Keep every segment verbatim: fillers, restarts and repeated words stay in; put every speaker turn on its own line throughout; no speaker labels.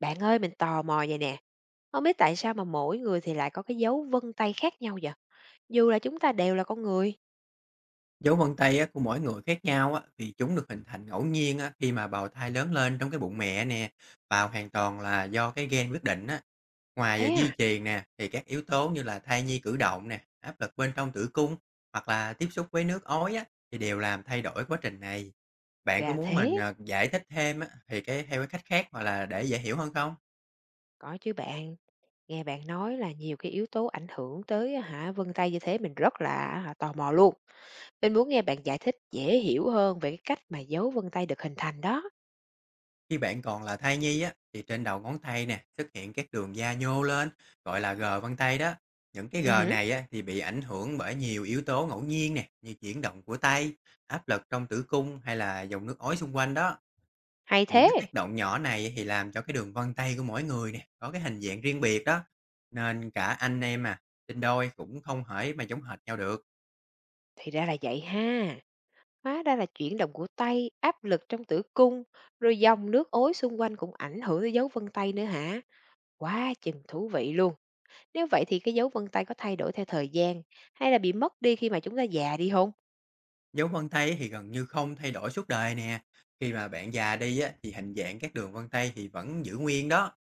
Bạn ơi, mình tò mò vậy nè. Không biết tại sao mà mỗi người thì lại có cái dấu vân tay khác nhau vậy? Dù là chúng ta đều là con người.
Dấu vân tay á, của mỗi người khác nhau á, vì chúng được hình thành ngẫu nhiên á, khi mà bào thai lớn lên trong cái bụng mẹ nè và hoàn toàn là do cái gen quyết định á. Ngoài à,
Thế
di
à?
truyền nè thì các yếu tố như là thai nhi cử động nè, áp lực bên trong tử cung hoặc là tiếp xúc với nước ối á, thì đều làm thay đổi quá trình này. Bạn có
Là
muốn
thế.
mình à, giải thích thêm á, thì cái theo cái cách khác hoặc là để dễ hiểu hơn không?
Có chứ bạn. Nghe bạn nói là nhiều cái yếu tố ảnh hưởng tới hả vân tay như thế mình rất là hả, tò mò luôn. Mình muốn nghe bạn giải thích dễ hiểu hơn về cái cách mà dấu vân tay được hình thành đó.
Khi bạn còn là thai nhi á, thì trên đầu ngón tay nè, xuất hiện các đường da nhô lên, gọi là gờ vân tay đó. Những cái
Ừ,
gờ
hử,
này á, thì bị ảnh hưởng bởi nhiều yếu tố ngẫu nhiên nè, như chuyển động của tay, áp lực trong tử cung hay là dòng nước ối xung quanh đó.
hay
Những
thế.
cái tác động nhỏ này thì làm cho cái đường vân tay của mỗi người nè, có cái hình dạng riêng biệt đó. Nên cả anh em à, sinh đôi cũng không hề mà giống hệt nhau được.
Thì ra là vậy ha. Hóa ra là chuyển động của tay, áp lực trong tử cung, rồi dòng nước ối xung quanh cũng ảnh hưởng tới dấu vân tay nữa hả? Quá chừng thú vị luôn. Nếu vậy thì cái dấu vân tay có thay đổi theo thời gian hay là bị mất đi khi mà chúng ta già đi không?
Dấu vân tay thì gần như không thay đổi suốt đời nè. Khi mà bạn già đi á, thì hình dạng các đường vân tay thì vẫn giữ nguyên đó.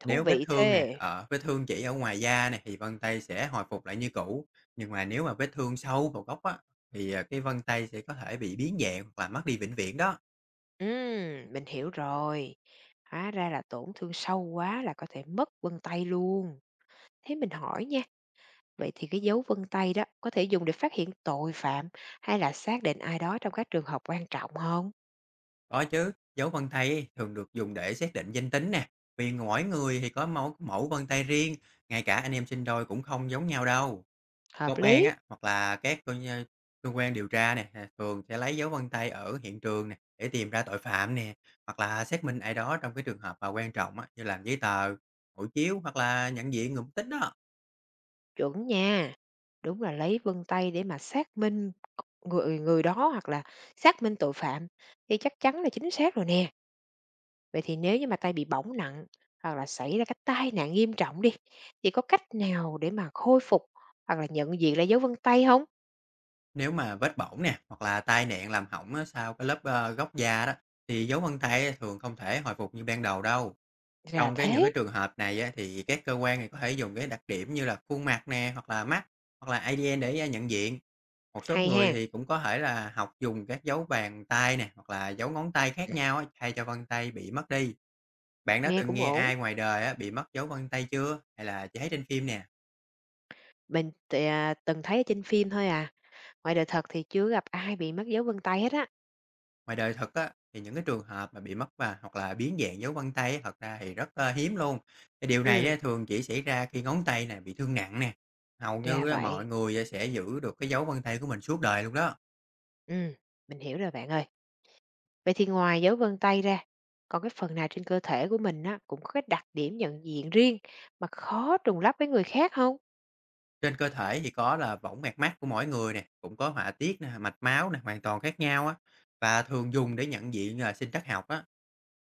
Thú
Nếu vết
vị
thương nè,
thế.
ở vết thương chỉ ở ngoài da nè thì vân tay sẽ hồi phục lại như cũ, nhưng mà nếu mà vết thương sâu vào gốc á, thì, à, cái vân tay sẽ có thể bị biến dạng hoặc là mất đi vĩnh viễn đó.
Ừm, mình hiểu rồi. Hóa ra là tổn thương sâu quá là có thể mất vân tay luôn. Thế mình hỏi nha, vậy thì cái dấu vân tay đó có thể dùng để phát hiện tội phạm hay là xác định ai đó trong các trường hợp quan trọng không?
Có chứ, dấu vân tay ấy thường được dùng để xác định danh tính nè, vì mỗi người thì có mẫu mẫu vân tay riêng, ngay cả anh em sinh đôi cũng không giống nhau đâu.
Hợp
Công an
lý.
á, hoặc là các cơ nh cơ quan điều tra nè, à, thường sẽ lấy dấu vân tay ở hiện trường nè, để tìm ra tội phạm nè, hoặc là xác minh ai đó trong cái trường hợp mà quan trọng á, như làm giấy tờ, hộ chiếu hoặc là nhận diện người mất tích đó.
Chuẩn nha. Đúng là lấy vân tay để mà xác minh người người đó hoặc là xác minh tội phạm thì chắc chắn là chính xác rồi nè. Vậy thì nếu như mà tay bị bỏng nặng hoặc là xảy ra cái tai nạn nghiêm trọng đi, thì có cách nào để mà khôi phục hoặc là nhận diện lại dấu vân tay không?
Nếu mà vết bỏng nè, hoặc là tai nạn làm hỏng á, sau cái lớp, ơ, gốc da đó, thì dấu vân tay thường không thể hồi phục như ban đầu đâu.
Là
Trong cái những
thế,
cái trường hợp này á, thì các cơ quan này có thể dùng cái đặc điểm như là khuôn mặt nè, hoặc là mắt, hoặc là a đê en để, a, nhận diện. Một số
hay
người
ha,
thì cũng có thể là học dùng các dấu bàn tay nè, hoặc là dấu ngón tay khác nhau á, thay cho vân tay bị mất đi. Bạn đã
nghe
từng
cũng
nghe
ổn.
ai ngoài đời á, bị mất dấu vân tay chưa? Hay là chỉ thấy trên phim nè?
Mình t à, từng thấy ở trên phim thôi à, ngoài đời thật thì chưa gặp ai bị mất dấu vân tay hết á.
Ngoài đời thật á, thì những cái trường hợp mà bị mất và hoặc là biến dạng dấu vân tay á, thật ra thì rất là hiếm luôn. Cái điều này
Ừ,
á, thường chỉ xảy ra khi ngón tay này bị thương nặng nè. Hầu
ra
như á, mọi
vậy.
người sẽ giữ được cái dấu vân tay của mình suốt đời luôn đó.
Ừ, mình hiểu rồi bạn ơi. Vậy thì ngoài dấu vân tay ra, còn cái phần nào trên cơ thể của mình á, cũng có cái đặc điểm nhận diện riêng mà khó trùng lắp với người khác không?
Trên cơ thể thì có là võng mạc mắt của mỗi người nè, cũng có họa tiết nè, mạch máu nè, hoàn toàn khác nhau á, và thường dùng để nhận diện, à, sinh trắc học á.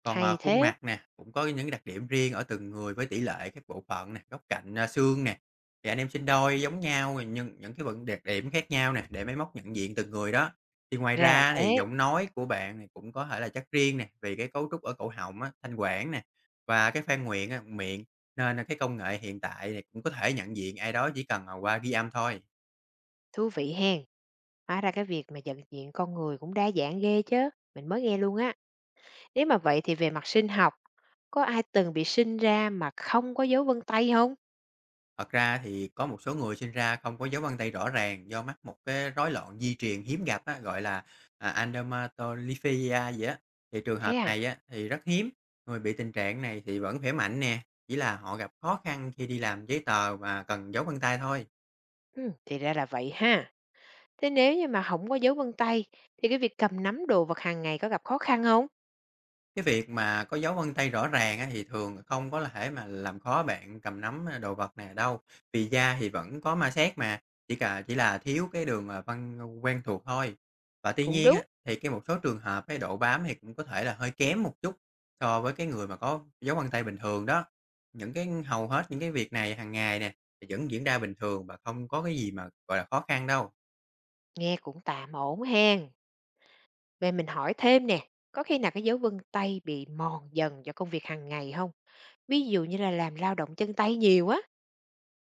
Còn, ờ,
Hay
khuôn
thế,
mặt nè, cũng có những đặc điểm riêng ở từng người với tỷ lệ các bộ phận nè, góc cạnh, a, xương nè. Thì anh em sinh đôi giống nhau rồi nhưng những cái vận đặc điểm khác nhau nè, để máy móc nhận diện từng người đó. Thì ngoài
ra là
ra thì
thế,
giọng nói của bạn thì cũng có thể là chất riêng nè, vì cái cấu trúc ở cổ họng á, thanh quản nè, và cái phan nguyện á, miệng, nên là cái công nghệ hiện tại thì cũng có thể nhận diện ai đó chỉ cần, ờ, qua ghi âm thôi.
thú vị hen. Hóa ra cái việc mà nhận diện con người cũng đa dạng ghê chứ mình mới nghe luôn á. Nếu mà vậy thì về mặt sinh học, có ai từng bị sinh ra mà không có dấu vân tay không?
Thật ra thì có một số người sinh ra không có dấu vân tay rõ ràng do mắc một cái rối loạn di truyền hiếm gặp á, gọi là, à, Andermattophilia gì á, thì trường
Thế
hợp
à?
này á, thì rất hiếm. Người bị tình trạng này thì vẫn khỏe mạnh nè, chỉ là họ gặp khó khăn khi đi làm giấy tờ và cần dấu vân tay thôi.
Ừm, thì ra là vậy ha. Thế nếu như mà không có dấu vân tay thì cái việc cầm nắm đồ vật hàng ngày có gặp khó khăn không?
Cái việc mà có dấu vân tay rõ ràng á, thì thường không có là thể mà làm khó bạn cầm nắm, à, đồ vật nè đâu, vì da thì vẫn có ma sát mà, chỉ cả chỉ là thiếu cái đường, à, vân quen thuộc thôi. Và tuy
Cũng
nhiên
đúng,
á, thì cái một số trường hợp cái độ bám thì cũng có thể là hơi kém một chút so với cái người mà có dấu vân tay bình thường đó. Những cái hầu hết những cái việc này hàng ngày nè, thì vẫn diễn ra bình thường và không có cái gì mà, gọi là, khó khăn đâu.
nghe cũng tạm ổn hen. Vậy mình hỏi thêm nè, có khi nào cái dấu vân tay bị mòn dần do công việc hàng ngày không? Ví dụ như là làm lao động chân tay nhiều á.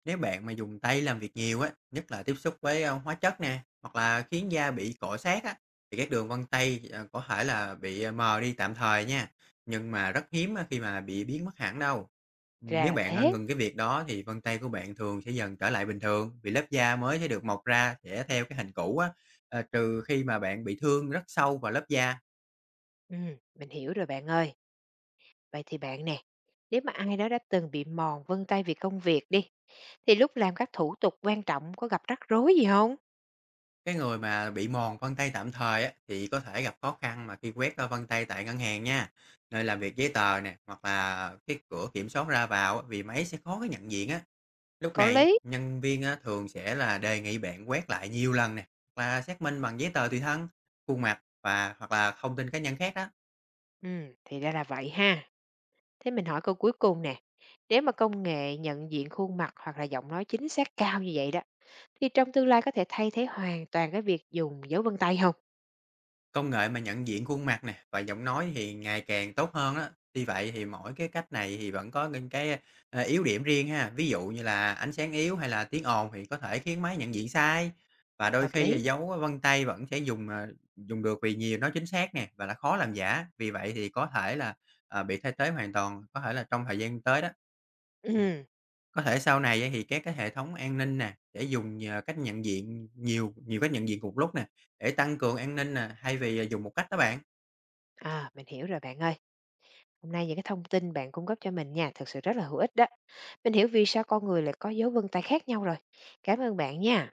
Nếu bạn mà dùng tay làm việc nhiều á, nhất là tiếp xúc với, a, hóa chất nè, hoặc là khiến da bị cọ xát á, thì các đường vân tay, ờ, có thể là bị ờ, mờ đi tạm thời nha, nhưng mà rất hiếm á khi mà bị biến mất hẳn đâu. Ừm,
Ra
nếu
là
bạn, a,
thế.
ngừng cái việc đó thì vân tay của bạn thường sẽ dần trở lại bình thường, vì lớp da mới sẽ được mọc ra sẽ theo cái hình cũ á, ờ, trừ khi mà bạn bị thương rất sâu vào lớp da.
Ừm, mình hiểu rồi bạn ơi. Vậy thì bạn nè, nếu mà ai đó đã từng bị mòn vân tay vì công việc đi, thì lúc làm các thủ tục quan trọng có gặp rắc rối gì không?
Cái người mà bị mòn vân tay tạm thời á, thì có thể gặp khó khăn mà khi quét, ơ, vân tay tại ngân hàng nha, nơi làm việc giấy tờ nè, hoặc là cái cửa kiểm soát ra vào á, vì máy sẽ khó cái nhận diện á. Lúc
Có
này
lý.
nhân viên á, thường sẽ là đề nghị bạn quét lại nhiều lần nè, hoặc là xác minh bằng giấy tờ tùy thân, khuôn mặt và hoặc là thông tin cá nhân khác đó.
Ừm, thì ra là vậy ha. Thế mình hỏi câu cuối cùng nè, nếu mà công nghệ nhận diện khuôn mặt hoặc là giọng nói chính xác cao như vậy đó, thì trong tương lai có thể thay thế hoàn toàn cái việc dùng dấu vân tay không?
Công nghệ mà nhận diện khuôn mặt nè và giọng nói thì ngày càng tốt hơn đó. Tuy vậy thì mỗi cái cách này thì vẫn có những cái, ờ, yếu điểm riêng ha. Ví dụ như là ánh sáng yếu hay là tiếng ồn thì có thể khiến máy nhận diện sai. Và đôi
Hợp
khi là
lý.
dấu vân tay vẫn sẽ dùng, ờ, dùng được vì nhiều nó chính xác nè và là khó làm giả. Vì vậy thì có thể là, ờ, bị thay thế hoàn toàn, có thể là trong thời gian tới đó. Ừm.
Ừm,
Có thể sau này á thì các cái hệ thống an ninh nè, sẽ dùng, ờ, cách nhận diện nhiều nhiều cách nhận diện cùng lúc nè. Để tăng cường an ninh nè, thay vì, à, dùng một cách đó bạn.
à, mình hiểu rồi bạn ơi. Hôm nay những cái thông tin bạn cung cấp cho mình nha, thực sự rất là hữu ích đó. Mình hiểu vì sao con người lại có dấu vân tay khác nhau rồi. Cảm ơn bạn nha.